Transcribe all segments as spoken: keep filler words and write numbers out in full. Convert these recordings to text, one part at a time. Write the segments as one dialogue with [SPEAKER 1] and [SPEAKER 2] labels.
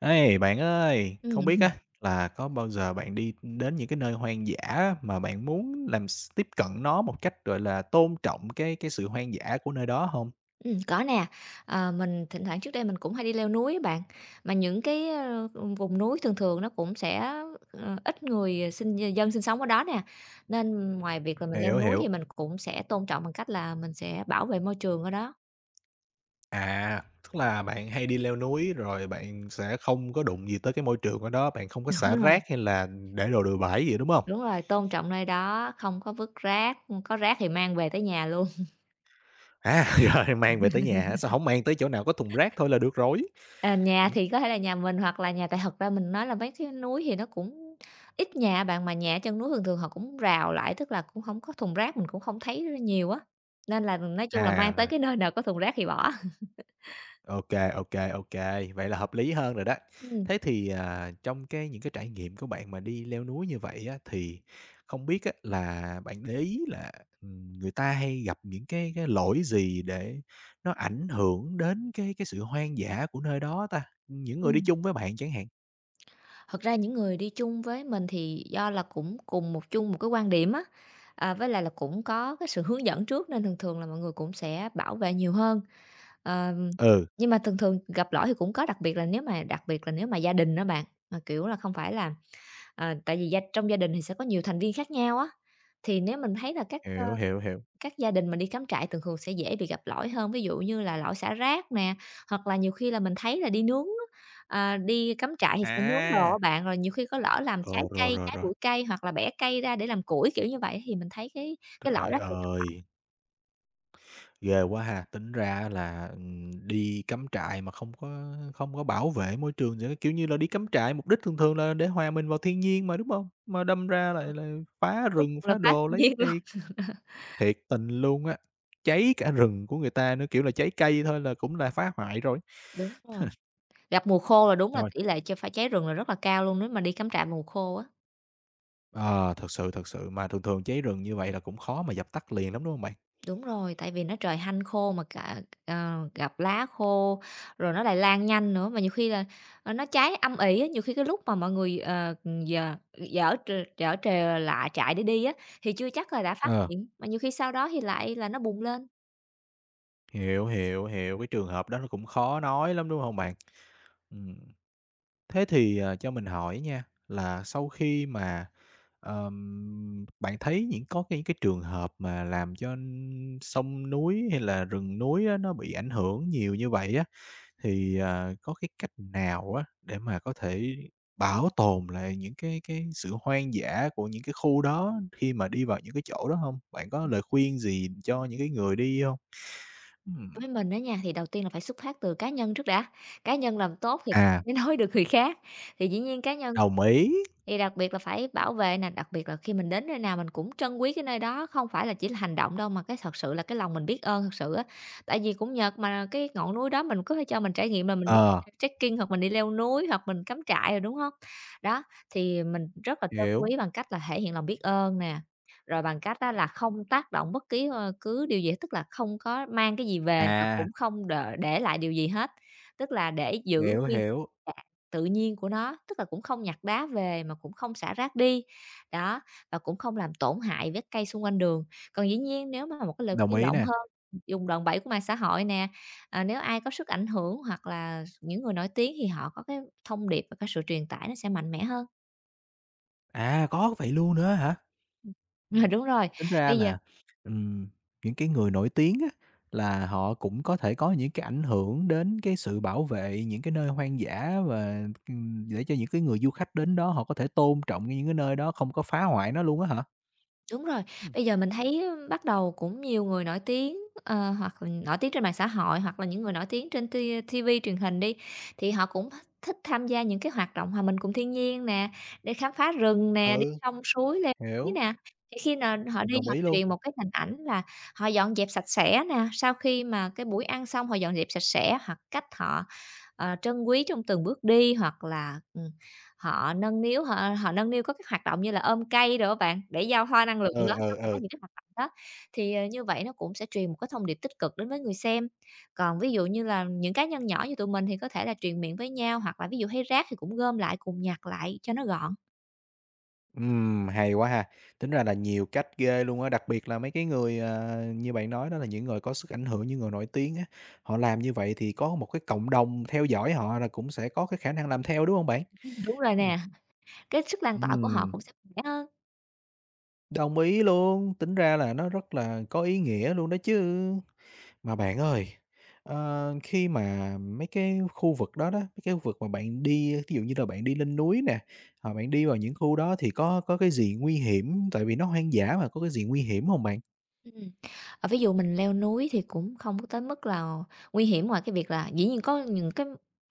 [SPEAKER 1] Ê, bạn ơi,
[SPEAKER 2] Ừm,
[SPEAKER 1] không biết á
[SPEAKER 2] hừm,
[SPEAKER 1] là có bao giờ bạn đi đến những cái nơi hoang dã á, mà bạn muốn làm s tiếp cận nó một cách, gọi là, tôn trọng cái cái sự hoang dã của nơi đó không?
[SPEAKER 2] ừm, có nè. Ờ, mình thỉnh thoảng trước đây mình cũng hay đi leo núi á bạn, mà những cái, ơ, vùng núi thường thường nó cũng sẽ, ờ, ít người sinh dân sinh sống ở đó nè, nên ngoài việc là mình leo
[SPEAKER 1] Hiểu,
[SPEAKER 2] núi thì
[SPEAKER 1] hiểu.
[SPEAKER 2] mình cũng sẽ tôn trọng bằng cách là mình sẽ bảo vệ môi trường ở đó.
[SPEAKER 1] À, tức là bạn hay đi leo núi rồi bạn sẽ không có đụng gì tới cái môi trường ở đó, bạn không có xả
[SPEAKER 2] Đúng rồi.
[SPEAKER 1] rác hay là để đồ bừa bãi gì, đúng không?
[SPEAKER 2] Đúng rồi, tôn trọng nơi đó, không có vứt rác, có rác thì mang về tới nhà luôn.
[SPEAKER 1] À, rồi mang về tới nhà hả? Sao không mang tới chỗ nào có thùng rác thôi là được rồi?
[SPEAKER 2] À, nhà
[SPEAKER 1] Ừm.
[SPEAKER 2] thì có thể là nhà mình hoặc là nhà tại thật ra mình nói là mấy cái núi thì nó cũng ít nhà bạn, mà nhà ở chân núi thường thường họ cũng rào lại, tức là cũng không có thùng rác, mình cũng không thấy nhiều á, nên là nói chung là mang tới
[SPEAKER 1] À,
[SPEAKER 2] cái nơi nào có thùng rác thì bỏ.
[SPEAKER 1] OK, OK, OK, vậy là hợp lý hơn rồi đó.
[SPEAKER 2] Ừm,
[SPEAKER 1] Thế thì, à, trong cái những cái trải nghiệm của bạn mà đi leo núi như vậy á, thì không biết á là bạn để ý là, ừm, người ta hay gặp những cái cái lỗi gì để nó ảnh hưởng đến cái cái sự hoang dã của nơi đó ta? Những người đi
[SPEAKER 2] ừm.
[SPEAKER 1] chung với bạn chẳng hạn.
[SPEAKER 2] Thật ra những người đi chung với mình thì do là cũng cùng một chung một cái quan điểm á, à, với lại là cũng có cái sự hướng dẫn trước nên thường thường là mọi người cũng sẽ bảo vệ nhiều hơn. Ờm,
[SPEAKER 1] Ừ,
[SPEAKER 2] nhưng mà thường thường gặp lỗi thì cũng có, đặc biệt là nếu mà đặc biệt là nếu mà gia đình đó bạn, mà, kiểu là, không phải là Ờ, tại vì gia trong gia đình thì sẽ có nhiều thành viên khác nhau á, thì nếu mình thấy là các, ơ,
[SPEAKER 1] hiểu, hiểu, hiểu.
[SPEAKER 2] các gia đình mà đi cắm trại thường thường sẽ dễ bị gặp lỗi hơn, ví dụ như là lỗi xả rác nè, hoặc là nhiều khi là mình thấy là đi nướng á, ờ, đi cắm trại thì sẽ nướng đồ
[SPEAKER 1] À!
[SPEAKER 2] á bạn, rồi nhiều khi có lỡ làm trái
[SPEAKER 1] Ồ, rồi,
[SPEAKER 2] cây,
[SPEAKER 1] rồi,
[SPEAKER 2] trái
[SPEAKER 1] rồi.
[SPEAKER 2] bụi cây hoặc là bẻ cây ra để làm củi, kiểu như vậy, thì mình thấy cái cái lỗi
[SPEAKER 1] Trời
[SPEAKER 2] đó thường
[SPEAKER 1] ơi! Ghê quá ha, tính ra là, ừm, đi cắm trại mà không có không có bảo vệ môi trường gì hết, kiểu như là, đi cắm trại mục đích thường thường là để hòa mình vào thiên nhiên mà, đúng không? Mà đâm ra lại là phá
[SPEAKER 2] gặp
[SPEAKER 1] rừng,
[SPEAKER 2] cuối là
[SPEAKER 1] phá
[SPEAKER 2] phá
[SPEAKER 1] đồ
[SPEAKER 2] thiên
[SPEAKER 1] lấy
[SPEAKER 2] nhiên luôn.
[SPEAKER 1] cây thiệt tình luôn á, cháy cả rừng của người ta nữa, kiểu là, cháy cây thôi là cũng là phá hoại rồi.
[SPEAKER 2] Đúng rồi, gặp mùa khô là đúng là
[SPEAKER 1] Rồi,
[SPEAKER 2] tỷ lệ cho phải cháy rừng là rất là cao luôn nếu mà đi cắm trại mùa khô á.
[SPEAKER 1] ờ, thật sự, thật sự, mà thường thường cháy rừng như vậy là cũng khó mà dập tắt liền lắm, đúng không bạn?
[SPEAKER 2] Đúng rồi, tại vì nó trời hanh khô mà cả ờ, gặp lá khô, rồi nó lại lan nhanh nữa, mà nhiều khi là, ờ, nó cháy âm ỉ á, nhiều khi cái lúc mà mọi người, ờ, giở dở tr giở trề lại trại để đi á, thì chưa chắc là đã phát
[SPEAKER 1] Ờ,
[SPEAKER 2] hiện, mà nhiều khi sau đó thì lại là nó bùng lên.
[SPEAKER 1] hiểu, hiểu, hiểu, cái trường hợp đó nó cũng khó nói lắm, đúng không bạn? Ừm. Thế thì, ờ, cho mình hỏi nha, là sau khi mà, ờm, bạn thấy những có cái những cái trường hợp mà làm cho n- sông núi hay là rừng núi á, nó bị ảnh hưởng nhiều như vậy á, thì, ờ, có cái cách nào á, để mà có thể bảo tồn lại những cái cái sự hoang dã của những cái khu đó khi mà đi vào những cái chỗ đó không? Bạn có lời khuyên gì cho những cái người đi không? Ừm,
[SPEAKER 2] Với mình á nha, thì đầu tiên là phải xuất phát từ cá nhân trước đã, cá nhân làm tốt thì
[SPEAKER 1] à,
[SPEAKER 2] mới nói được người khác, thì dĩ nhiên cá nhân
[SPEAKER 1] đồng ý,
[SPEAKER 2] thì đặc biệt là phải bảo vệ nè, đặc biệt là khi mình đến nơi nào mình cũng trân quý cái nơi đó, không phải là chỉ là hành động đâu mà cái thật sự là cái lòng mình biết ơn thật sự á. Tại vì cũng nhờ mà cái ngọn núi đó mình có thể cho mình trải nghiệm là mình đi
[SPEAKER 1] ờ,
[SPEAKER 2] trekking hoặc mình đi leo núi hoặc mình cắm trại rồi, đúng không? Đó, thì mình rất là trân
[SPEAKER 1] hiểu,
[SPEAKER 2] quý bằng cách là thể hiện lòng biết ơn nè, rồi bằng cách đó là không tác động bất kỳ ơ, cứ điều gì hết, tức là không có mang cái gì về và
[SPEAKER 1] à.
[SPEAKER 2] cũng không đ để lại điều gì hết, tức là để giữ
[SPEAKER 1] Hiểu,
[SPEAKER 2] nguyên
[SPEAKER 1] hiểu,
[SPEAKER 2] tự nhiên của nó, tức là cũng không nhặt đá về mà cũng không xả rác đi, đó, và cũng không làm tổn hại với cây xung quanh đường. Còn dĩ nhiên nếu mà một cái lời
[SPEAKER 1] đồng
[SPEAKER 2] khuyên
[SPEAKER 1] ý
[SPEAKER 2] rộng
[SPEAKER 1] nè.
[SPEAKER 2] hơn, dùng đòn bẩy của mạng xã hội nè, à, nếu ai có sức ảnh hưởng hoặc là những người nổi tiếng thì họ có cái thông điệp và cái sự truyền tải nó sẽ mạnh mẽ hơn.
[SPEAKER 1] À, có vậy luôn nữa hả?
[SPEAKER 2] Rồi,
[SPEAKER 1] Ừm,
[SPEAKER 2] đúng rồi,
[SPEAKER 1] tính ra
[SPEAKER 2] bây giờ
[SPEAKER 1] là, ừm, những cái người nổi tiếng á, là họ cũng có thể có những cái ảnh hưởng đến cái sự bảo vệ những cái nơi hoang dã và, ừm, để cho những cái người du khách đến đó họ có thể tôn trọng những cái nơi đó, không có phá hoại nó luôn á hả?
[SPEAKER 2] Đúng rồi,
[SPEAKER 1] Ừm.
[SPEAKER 2] bây giờ mình thấy bắt đầu cũng nhiều người nổi tiếng, ờ, hoặc là nổi tiếng trên mạng xã hội, hoặc là những người nổi tiếng trên ti ti-vi, truyền hình đi, thì họ cũng thích tham gia những cái hoạt động hòa mình cùng thiên nhiên nè, để khám phá rừng nè, đi
[SPEAKER 1] Ừ,
[SPEAKER 2] sông suối, leo núi
[SPEAKER 1] hiểu,
[SPEAKER 2] nè. Thì khi nào họ đi
[SPEAKER 1] đồng
[SPEAKER 2] họ
[SPEAKER 1] ý luôn.
[SPEAKER 2] truyền một cái hình ảnh là họ dọn dẹp sạch sẽ nè, sau khi mà cái buổi ăn xong họ dọn dẹp sạch sẽ, hoặc cách họ, ờ, trân quý trong từng bước đi, hoặc là, ừ, Họ nâng niu họ họ nâng niu có các hoạt động như là ôm cây đồ á bạn, để giao hoa năng lượng
[SPEAKER 1] Ừ,
[SPEAKER 2] đó, nó
[SPEAKER 1] ừ,
[SPEAKER 2] cũng có
[SPEAKER 1] ừ.
[SPEAKER 2] những cái hoạt động đó. Thì, ờ, như vậy nó cũng sẽ truyền một cái thông điệp tích cực đến với người xem. Còn ví dụ như là những cá nhân nhỏ như tụi mình thì có thể là truyền miệng với nhau, hoặc là ví dụ hay rác thì cũng gom lại cùng nhặt lại cho nó gọn.
[SPEAKER 1] Ừm, hay quá ha. Tính ra là nhiều cách ghê luôn á, đặc biệt là mấy cái người, ờ, như bạn nói đó là những người có sức ảnh hưởng, những người nổi tiếng á, họ làm như vậy thì có một cái cộng đồng theo dõi họ là cũng sẽ có cái khả năng làm theo, đúng không bạn?
[SPEAKER 2] Ừm, Đúng rồi
[SPEAKER 1] Ừm.
[SPEAKER 2] nè, cái sức lan tỏa của họ
[SPEAKER 1] Ừm,
[SPEAKER 2] cũng sẽ khỏe hơn.
[SPEAKER 1] đồng ý luôn, tính ra là nó rất là có ý nghĩa luôn đó chứ. Mà bạn ơi, ờ, khi mà mấy cái khu vực đó đó, mấy cái khu vực mà bạn đi, ví dụ như là bạn đi lên núi nè, hoặc bạn đi vào những khu đó thì có có cái gì nguy hiểm, tại vì nó hoang dã mà, có cái gì nguy hiểm hông bạn?
[SPEAKER 2] Ừm, ờ, Ví dụ mình leo núi thì cũng không có tới mức là nguy hiểm, ngoài cái việc là dĩ nhiên có những cái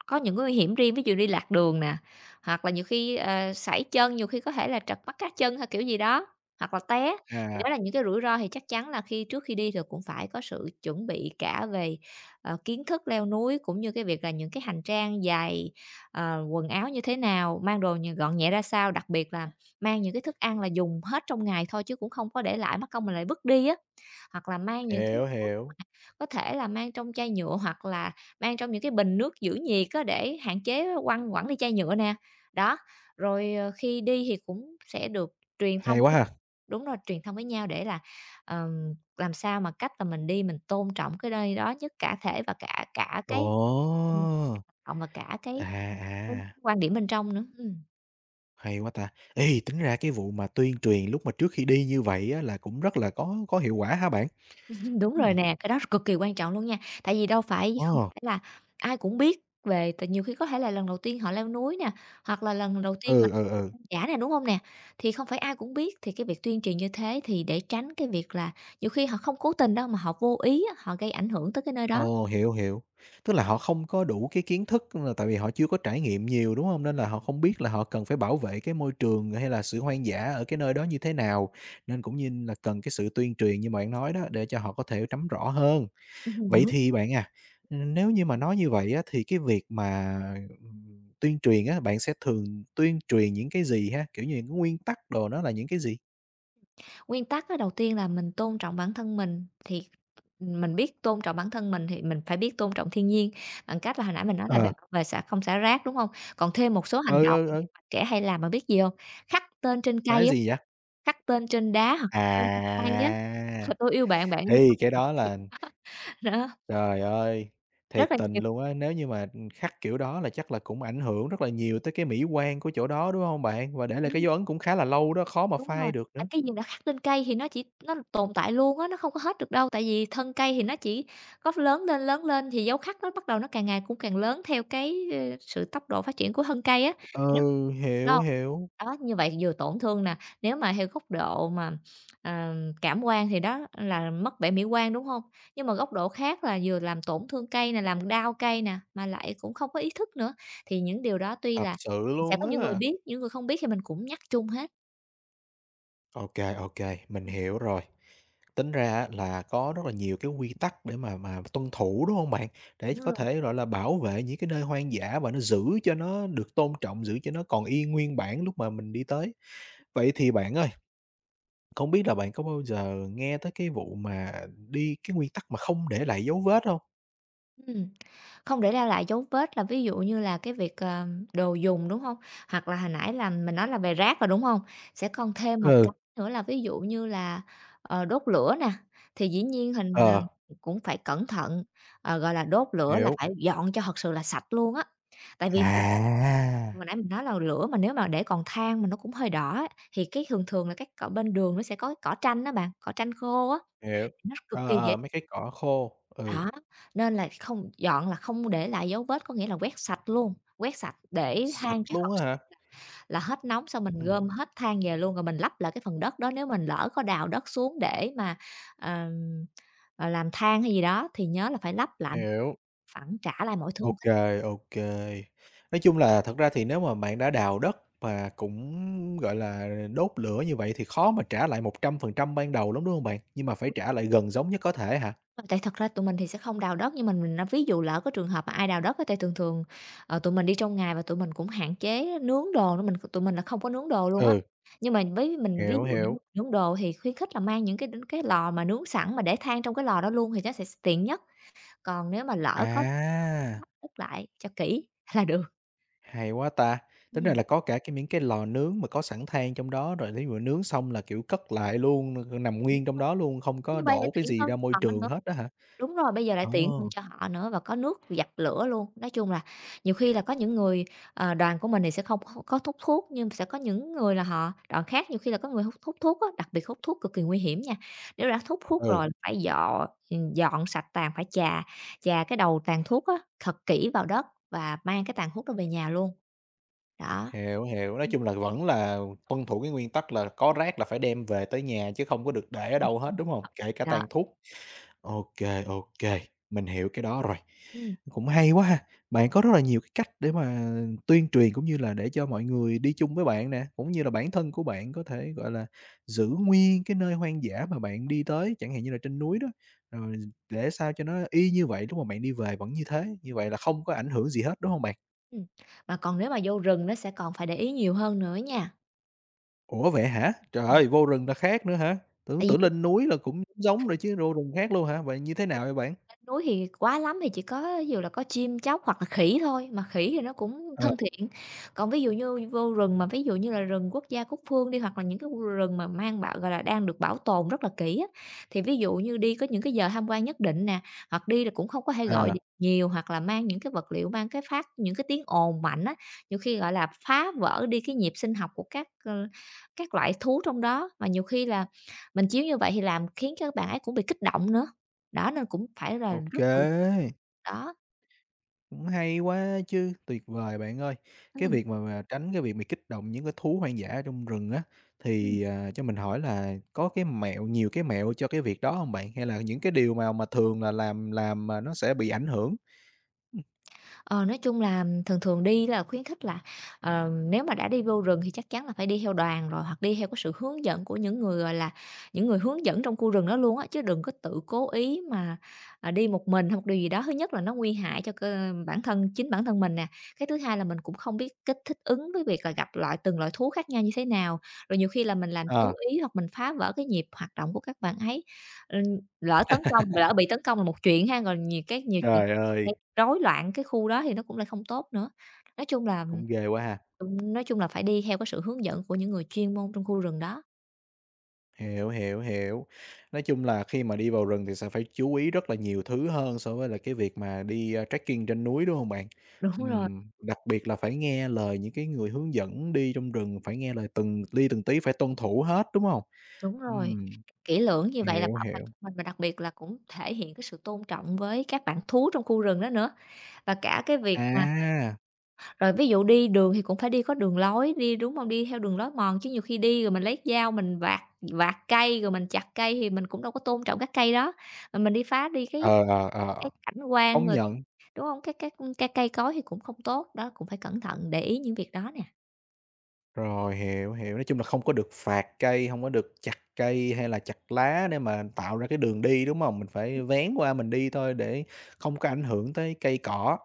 [SPEAKER 2] có những cái nguy hiểm riêng, ví dụ đi lạc đường nè, hoặc là nhiều khi, ờ, sẩy chân, nhiều khi có thể là trật mắt cá chân hay kiểu gì đó, hoặc là té. Thì
[SPEAKER 1] À,
[SPEAKER 2] đó là những cái rủi ro thì chắc chắn là khi trước khi đi thì cũng phải có sự chuẩn bị cả về, ờ, kiến thức leo núi, cũng như cái việc là những cái hành trang, giày, ờ, quần áo như thế nào, mang đồ nh gọn nhẹ ra sao, đặc biệt là mang những cái thức ăn là dùng hết trong ngày thôi chứ cũng không có để lại, mất công mình lại vứt đi á. Hoặc là mang những cái
[SPEAKER 1] hiểu,
[SPEAKER 2] thuốc
[SPEAKER 1] hiểu.
[SPEAKER 2] có thể là mang trong chai nhựa hoặc là mang trong những cái bình nước giữ nhiệt á, để hạn chế quăng quẳng đi chai nhựa nè. Đó, rồi, ờ, khi đi thì cũng sẽ được truyền
[SPEAKER 1] Hay
[SPEAKER 2] thông
[SPEAKER 1] quá ha!
[SPEAKER 2] đúng rồi, truyền thông với nhau để là, ờm, làm sao mà cách là mình đi mình tôn trọng cái nơi đó nhất cả thể và cả cả cái
[SPEAKER 1] Ồ!
[SPEAKER 2] ừm, và cả
[SPEAKER 1] À,
[SPEAKER 2] cái cái
[SPEAKER 1] à,
[SPEAKER 2] quan điểm bên trong nữa. Ừm.
[SPEAKER 1] hay quá ta! Ê, tính ra cái vụ mà tuyên truyền lúc mà trước khi đi như vậy á là cũng rất là có có hiệu quả hả bạn?
[SPEAKER 2] Đúng rồi
[SPEAKER 1] Ừm,
[SPEAKER 2] nè, cái đó cực kỳ quan trọng luôn nha, tại vì đâu phải không
[SPEAKER 1] ờ,
[SPEAKER 2] phải là ai cũng biết về tại nhiều khi có thể là lần đầu tiên họ leo núi nè, hoặc là lần đầu tiên họ
[SPEAKER 1] ừ, ừ, ừ.
[SPEAKER 2] giả nè, đúng không nè? Thì không phải ai cũng biết, thì cái việc tuyên truyền như thế thì để tránh cái việc là nhiều khi họ không cố tình đâu mà họ vô ý á, họ gây ảnh hưởng tới cái nơi đó.
[SPEAKER 1] Ồ, hiểu, hiểu. Tức là họ không có đủ cái kiến thức là tại vì họ chưa có trải nghiệm nhiều, đúng không? Nên là họ không biết là họ cần phải bảo vệ cái môi trường hay là sự hoang dã ở cái nơi đó như thế nào, nên cũng như là cần cái sự tuyên truyền như bạn nói đó, để cho họ có thể nắm rõ hơn.
[SPEAKER 2] Ừm,
[SPEAKER 1] Vậy
[SPEAKER 2] đúng.
[SPEAKER 1] thì bạn à, nếu như mà nói như vậy á, thì cái việc mà, ừm, tuyên truyền á, bạn sẽ thường tuyên truyền những cái gì ha? Kiểu như những cái nguyên tắc đồ nó là những cái gì?
[SPEAKER 2] Nguyên tắc á, đầu tiên là mình tôn trọng bản thân mình, thì ừ, mình biết tôn trọng bản thân mình thì mình phải biết tôn trọng thiên nhiên bằng cách là hồi nãy mình nói là về
[SPEAKER 1] Ờ,
[SPEAKER 2] về vệ xả không xả rác, đúng không? Còn thêm một số
[SPEAKER 1] ừ,
[SPEAKER 2] hành động
[SPEAKER 1] ừ,
[SPEAKER 2] mà
[SPEAKER 1] ừ,
[SPEAKER 2] các bạn trẻ hay làm mà biết gì không? Khắc tên trên
[SPEAKER 1] là
[SPEAKER 2] cây
[SPEAKER 1] cái
[SPEAKER 2] á,
[SPEAKER 1] gì vậy?
[SPEAKER 2] khắc tên trên đá hoặc khắc tên trên cây á,
[SPEAKER 1] À,
[SPEAKER 2] "Thôi "Tôi yêu bạn, bạn yêu tôi"
[SPEAKER 1] thì cái đó là.
[SPEAKER 2] đó,
[SPEAKER 1] Trời ơi,
[SPEAKER 2] rất
[SPEAKER 1] thiệt
[SPEAKER 2] là
[SPEAKER 1] tình
[SPEAKER 2] nhiều.
[SPEAKER 1] luôn á, nếu như mà, khắc kiểu đó là chắc là cũng ảnh hưởng rất là nhiều tới cái mỹ quan của chỗ đó, đúng hông bạn? Và để lại cái
[SPEAKER 2] Đúng.
[SPEAKER 1] dấu ấn cũng khá là lâu đó, khó mà
[SPEAKER 2] Đúng rồi,
[SPEAKER 1] phai được
[SPEAKER 2] tại
[SPEAKER 1] nữa.
[SPEAKER 2] cái gì đã khắc lên cây thì nó chỉ nó tồn tại luôn á, nó không có hết được đâu, tại vì thân cây thì nó chỉ có lớn lên, lớn lên thì dấu khắc nó bắt đầu nó càng ngày cũng càng lớn theo cái, ơ, sự tốc độ phát triển của thân cây á, thì nó
[SPEAKER 1] Ừ, hiểu,
[SPEAKER 2] đâu,
[SPEAKER 1] hiểu.
[SPEAKER 2] đó, như vậy vừa tổn thương nè, nếu mà theo góc độ mà, ờ, cảm quan thì đó là mất vẻ mỹ quan, đúng không? Nhưng mà góc độ khác là vừa làm tổn thương cây nè, làm đau cây nè, mà lại cũng không có ý thức nữa, thì những điều đó tuy
[SPEAKER 1] Thật
[SPEAKER 2] là
[SPEAKER 1] sự
[SPEAKER 2] sẽ có
[SPEAKER 1] luôn
[SPEAKER 2] những người
[SPEAKER 1] á.
[SPEAKER 2] biết, những người không biết thì mình cũng nhắc chung hết.
[SPEAKER 1] Ô kê, ô kê, mình hiểu rồi. Tính ra á là có rất là nhiều cái quy tắc để mà mà tuân thủ, đúng hông bạn? Để
[SPEAKER 2] Đúng
[SPEAKER 1] có
[SPEAKER 2] rồi.
[SPEAKER 1] thể, gọi là, bảo vệ những cái nơi hoang dã và nó giữ cho nó được tôn trọng, giữ cho nó còn y nguyên bản lúc mà mình đi tới. Vậy thì bạn á, không biết là bạn có bao giờ nghe tới cái vụ mà đi cái nguyên tắc mà không để lại dấu vết hông?
[SPEAKER 2] Ừm, Không để để lại dấu vết là ví dụ như là cái việc, ờ, đồ dùng, đúng không? Hoặc là hồi nãy là mình nói là về rác rồi, đúng không? Sẽ còn thêm một
[SPEAKER 1] Ừ,
[SPEAKER 2] cái nữa là ví dụ như là, ờ, đốt lửa nè, thì dĩ nhiên hình, ờ,
[SPEAKER 1] ờ,
[SPEAKER 2] cũng phải cẩn thận, ờ, gọi là, đốt lửa là
[SPEAKER 1] hiểu.
[SPEAKER 2] phải dọn cho thật sự là sạch luôn á. Tại vì
[SPEAKER 1] À,
[SPEAKER 2] hồi nãy mình nói là lửa mà nếu mà để còn than mà nó cũng hơi đỏ á, thì cái thường thường là các cỏ bên đường nó sẽ có cái cỏ tranh đó bạn, cỏ tranh khô á,
[SPEAKER 1] hiểu,
[SPEAKER 2] nó cực
[SPEAKER 1] ờ,
[SPEAKER 2] kỳ dễ
[SPEAKER 1] ờ, mấy cái cỏ khô, ừ,
[SPEAKER 2] đó, nên là không dọn là không để lại dấu vết, có nghĩa là quét sạch luôn, quét sạch để
[SPEAKER 1] sạch
[SPEAKER 2] than cho hợp
[SPEAKER 1] luôn á hả?
[SPEAKER 2] là hết nóng xong mình
[SPEAKER 1] Ừm,
[SPEAKER 2] gom hết than về luôn, rồi mình lấp lại cái phần đất đó. Nếu mình lỡ có đào đất xuống để mà, ờm, ờ, làm than hay gì đó thì nhớ là phải lấp lại một cách
[SPEAKER 1] hiểu,
[SPEAKER 2] phẳng, trả lại mọi thứ.
[SPEAKER 1] ô kê, ô kê. Nói chung là thật ra thì nếu mà bạn đã đào đất và cũng, gọi là, đốt lửa như vậy thì khó mà trả lại một trăm phần trăm ban đầu lắm, đúng hông bạn? Nhưng mà phải trả lại gần giống nhất có thể hả?
[SPEAKER 2] Ờ, Tại thật ra tụi mình thì sẽ không đào đất, nhưng mà mình nói ví dụ lỡ có trường hợp mà ai đào đất á, tại thường thường, ờ, tụi mình đi trong ngày và tụi mình cũng hạn chế nướng đồ nữa, mình tụi mình là không có nướng đồ luôn á.
[SPEAKER 1] Ừ,
[SPEAKER 2] Nhưng mà với mình ví
[SPEAKER 1] hiểu,
[SPEAKER 2] dụ những
[SPEAKER 1] hiểu,
[SPEAKER 2] nướng đồ thì khuyến khích là mang những cái cái lò mà nướng sẵn mà để than trong cái lò đó luôn thì nó sẽ tiện nhất, còn nếu mà lỡ có
[SPEAKER 1] à.
[SPEAKER 2] bắt đất lại cho kỹ là được.
[SPEAKER 1] Hay quá ta! Tính ra
[SPEAKER 2] Ừm,
[SPEAKER 1] là có cả cái những cái lò nướng mà có sẵn than trong đó rồi thí dụ nướng xong là, kiểu, cất lại luôn, nằm
[SPEAKER 2] đúng
[SPEAKER 1] nguyên trong
[SPEAKER 2] rồi.
[SPEAKER 1] đó luôn, không
[SPEAKER 2] Như
[SPEAKER 1] có
[SPEAKER 2] vậy thì
[SPEAKER 1] đổ cái
[SPEAKER 2] tiện
[SPEAKER 1] gì
[SPEAKER 2] hơn.
[SPEAKER 1] ra môi
[SPEAKER 2] Còn
[SPEAKER 1] trường hết đó hả?
[SPEAKER 2] đúng rồi, bây giờ lại
[SPEAKER 1] Ờ,
[SPEAKER 2] tiện hơn cho họ nữa và có nước giặt lửa luôn. Nói chung là nhiều khi là có những người, ờ, đoàn của mình thì sẽ không có có hút thuốc, nhưng sẽ có những người là họ đoàn khác nhiều khi là có người hút hút thuốc á, đặc biệt hút thuốc cực kỳ nguy hiểm nha. Nếu đã hút thuốc
[SPEAKER 1] ừ,
[SPEAKER 2] rồi là phải dọn dọn sạch tàn, phải chà chà cái đầu tàn thuốc á, thật kỹ vào đất và mang cái tàn hút đó về nhà luôn. Đó.
[SPEAKER 1] hiểu, hiểu, nói
[SPEAKER 2] Ừm,
[SPEAKER 1] chung là vẫn là tuân thủ cái nguyên tắc là có rác là phải đem về tới nhà chứ không có được để ở
[SPEAKER 2] ừm,
[SPEAKER 1] đâu hết,
[SPEAKER 2] ừm,
[SPEAKER 1] đúng không? Kể cả
[SPEAKER 2] đó,
[SPEAKER 1] tàn thuốc. OK, OK, mình hiểu cái đó rồi.
[SPEAKER 2] ừm,
[SPEAKER 1] Cũng hay quá ha, bạn có rất là nhiều cái cách để mà tuyên truyền cũng như là để cho mọi người đi chung với bạn nè, cũng như là bản thân của bạn có thể, gọi là, giữ nguyên cái nơi hoang dã mà bạn đi tới, chẳng hạn như là trên núi đó, rồi để sao cho nó y như vậy lúc mà bạn đi về vẫn như thế, như vậy là không có ảnh hưởng gì hết, đúng không bạn?
[SPEAKER 2] ừm. Mà còn nếu mà vô rừng nó sẽ còn phải để ý nhiều hơn nữa nha.
[SPEAKER 1] Ủa, vậy hả? Trời
[SPEAKER 2] Ừm,
[SPEAKER 1] ơi, vô rừng là khác nữa hả? Tưởng
[SPEAKER 2] tại
[SPEAKER 1] tưởng
[SPEAKER 2] vì
[SPEAKER 1] lên núi là cũng giống rồi chứ vô rừng khác luôn hả? Vậy như thế nào vậy bạn?
[SPEAKER 2] lên núi thì quá lắm thì chỉ có ví dụ là có chim chóc hoặc là khỉ thôi, mà khỉ thì nó cũng
[SPEAKER 1] Ờ,
[SPEAKER 2] thân thiện. Còn ví dụ như vô rừng mà ví dụ như là rừng quốc gia quốc Phương đi, hoặc là những cái rừng mà mang bảo gọi là, đang được bảo tồn rất là kỹ á, thì ví dụ như đi có những cái giờ tham quan nhất định nè, hoặc đi là cũng không có hay gọi điện
[SPEAKER 1] à,
[SPEAKER 2] nhiều, hoặc là mang những cái vật liệu, mang cái phát những cái tiếng ồn mạnh á, nhiều khi, gọi là, phá vỡ đi cái nhịp sinh học của các, ơ, các loại thú trong đó. Mà nhiều khi là mình chiếu như vậy thì làm khiến các bạn ấy cũng bị kích động nữa. Đó, nên cũng phải là
[SPEAKER 1] OK.
[SPEAKER 2] rất là đó,
[SPEAKER 1] Cũng hay quá chứ, tuyệt vời bạn ơi. Cái
[SPEAKER 2] ừm.
[SPEAKER 1] việc mà mà tránh cái việc mà kích động những cái thú hoang dã ở trong rừng á,
[SPEAKER 2] Ừm.
[SPEAKER 1] thì, à, cho mình hỏi là có cái mẹo nhiều cái mẹo cho cái việc đó không bạn? Hay là những cái điều mà mà thường là làm làm mà nó sẽ bị ảnh hưởng?
[SPEAKER 2] Ờ, nói chung là thường thường đi là khuyến khích là, ờ, nếu mà đã đi vô rừng thì chắc chắn là phải đi theo đoàn rồi, hoặc đi theo cái sự hướng dẫn của những người, gọi là, những người hướng dẫn trong khu rừng đó luôn á, chứ đừng có tự cố ý mà, à, đi một mình hoặc điều gì đó. Thứ nhất là nó nguy hại cho cơ bản thân chính bản thân mình nè, cái thứ hai là mình cũng không biết cách thích ứng với việc là gặp loại từng loại thú khác nhau như thế nào, rồi nhiều khi là mình làm
[SPEAKER 1] Ờ,
[SPEAKER 2] chú ý hoặc mình phá vỡ cái nhịp hoạt động của các bạn ấy. Ừm, lỡ tấn công lỡ bị tấn công là một chuyện ha, còn nhiều cái nhiều chuyện
[SPEAKER 1] trời ơi,
[SPEAKER 2] rối loạn cái khu đó thì nó cũng lại không tốt nữa. Nói chung là,
[SPEAKER 1] cũng ghê quá ha.
[SPEAKER 2] ừm, nói chung là phải đi theo cái sự hướng dẫn của những người chuyên môn trong khu rừng đó.
[SPEAKER 1] Hiểu, hiểu, hiểu. Nói chung là khi mà đi vào rừng thì sẽ phải chú ý rất là nhiều thứ hơn so với là cái việc mà đi, a, trekking trên núi, đúng không bạn?
[SPEAKER 2] Đúng rồi,
[SPEAKER 1] Ừm, đặc biệt là phải nghe lời những cái người hướng dẫn đi trong rừng, phải nghe lời từng li từng tí, phải tuân thủ hết, đúng không?
[SPEAKER 2] đúng rồi,
[SPEAKER 1] Ừm,
[SPEAKER 2] kỹ lưỡng như vậy là
[SPEAKER 1] hiểu,
[SPEAKER 2] bảo vệ
[SPEAKER 1] hiểu.
[SPEAKER 2] cho mình, và đặc biệt là cũng thể hiện cái sự tôn trọng với các bạn thú trong khu rừng đó nữa, và cả cái việc mà
[SPEAKER 1] À,
[SPEAKER 2] rồi ví dụ đi đường thì cũng phải đi có đường lối, đi đúng không? Đi theo đường lối mòn, chứ nhiều khi đi rồi mình lấy dao mình vạt vạt cây, rồi mình chặt cây thì mình cũng đâu có tôn trọng các cây đó, mà mình đi phá đi cái
[SPEAKER 1] ờ, ờ, ờ,
[SPEAKER 2] cái cảnh quan
[SPEAKER 1] công
[SPEAKER 2] rồi cái
[SPEAKER 1] nhận.
[SPEAKER 2] đúng không? Cái cái, cái cây cối thì cũng không tốt, đó, cũng phải cẩn thận để ý những việc đó nè.
[SPEAKER 1] Rồi, hiểu, hiểu, nói chung là không có được phạt cây, không có được chặt cây hay là chặt lá để mà tạo ra cái đường đi, đúng không? Mình phải vén qua mình đi thôi để không có ảnh hưởng tới cây cỏ.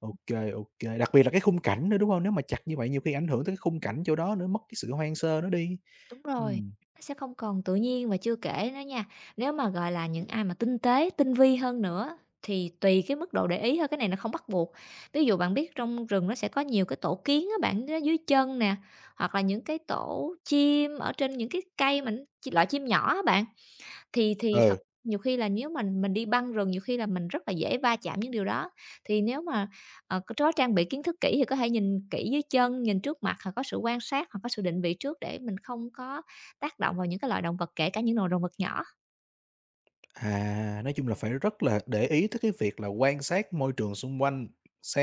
[SPEAKER 1] Ok, ok, đặc biệt là cái khung cảnh nữa, đúng không? Nếu mà chặt như vậy nhiều khi ảnh hưởng tới cái khung cảnh chỗ đó nữa, mất cái sự hoang sơ nó đi.
[SPEAKER 2] Đúng rồi,
[SPEAKER 1] Ừm,
[SPEAKER 2] nó sẽ không còn tự nhiên và chưa kể nữa nha, nếu mà, gọi là, những ai mà tinh tế, tinh vi hơn nữa thì tùy cái mức độ để ý thôi, cái này nó không bắt buộc. Ví dụ bạn biết trong rừng nó sẽ có nhiều cái tổ kiến á bạn, nó dưới chân nè, hoặc là những cái tổ chim ở trên những cái cây mình loại chim nhỏ á bạn. Thì thì thật
[SPEAKER 1] ừ.
[SPEAKER 2] nhiều khi là nếu mình mình đi băng rừng nhiều khi là mình rất là dễ va chạm những điều đó. Thì nếu mà, ờ, c có trang bị kiến thức kỹ thì có thể nhìn kỹ dưới chân, nhìn trước mặt hoặc có sự quan sát hoặc có sự định vị trước để mình không có tác động vào những cái loại động vật, kể cả những loài động vật nhỏ.
[SPEAKER 1] À, nói chung là phải rất là để ý tới cái việc là quan sát môi trường xung quanh,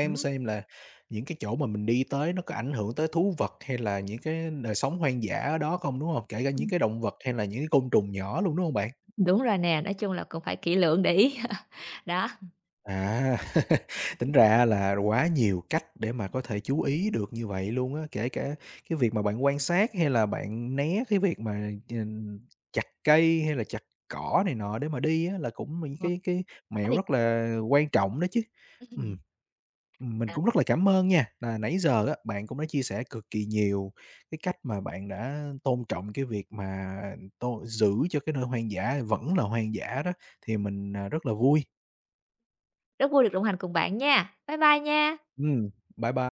[SPEAKER 2] Đúng rồi.
[SPEAKER 1] xem là những cái chỗ mà mình đi tới nó có ảnh hưởng tới thú vật hay là những cái đời sống hoang dã ở đó không, đúng không? Kể cả những
[SPEAKER 2] Ừm,
[SPEAKER 1] cái động vật hay là những cái côn trùng nhỏ luôn, đúng không bạn?
[SPEAKER 2] đúng rồi nè, nói chung là cũng phải kỹ lưỡng để ý. Đó.
[SPEAKER 1] À, tính ra là quá nhiều cách để mà có thể chú ý được như vậy luôn á, kể cả cái việc mà bạn quan sát hay là bạn né cái việc mà, ừm, chặt cây hay là chặt cỏ này nọ để mà đi á, là cũng là những
[SPEAKER 2] Ờ.
[SPEAKER 1] cái cái
[SPEAKER 2] Đã
[SPEAKER 1] mẹo
[SPEAKER 2] việc
[SPEAKER 1] rất là quan trọng đó chứ. Ừm, mình cũng rất là cảm ơn nha, là nãy giờ á, bạn cũng đã chia sẻ cực kỳ nhiều cái cách mà bạn đã tôn trọng cái việc mà tô giữ cho cái nơi hoang dã vẫn là hoang dã đó, thì mình, à, rất là vui.
[SPEAKER 2] rất vui được đồng hành cùng bạn nha. Bye bye nha.
[SPEAKER 1] Ừm, bye bye.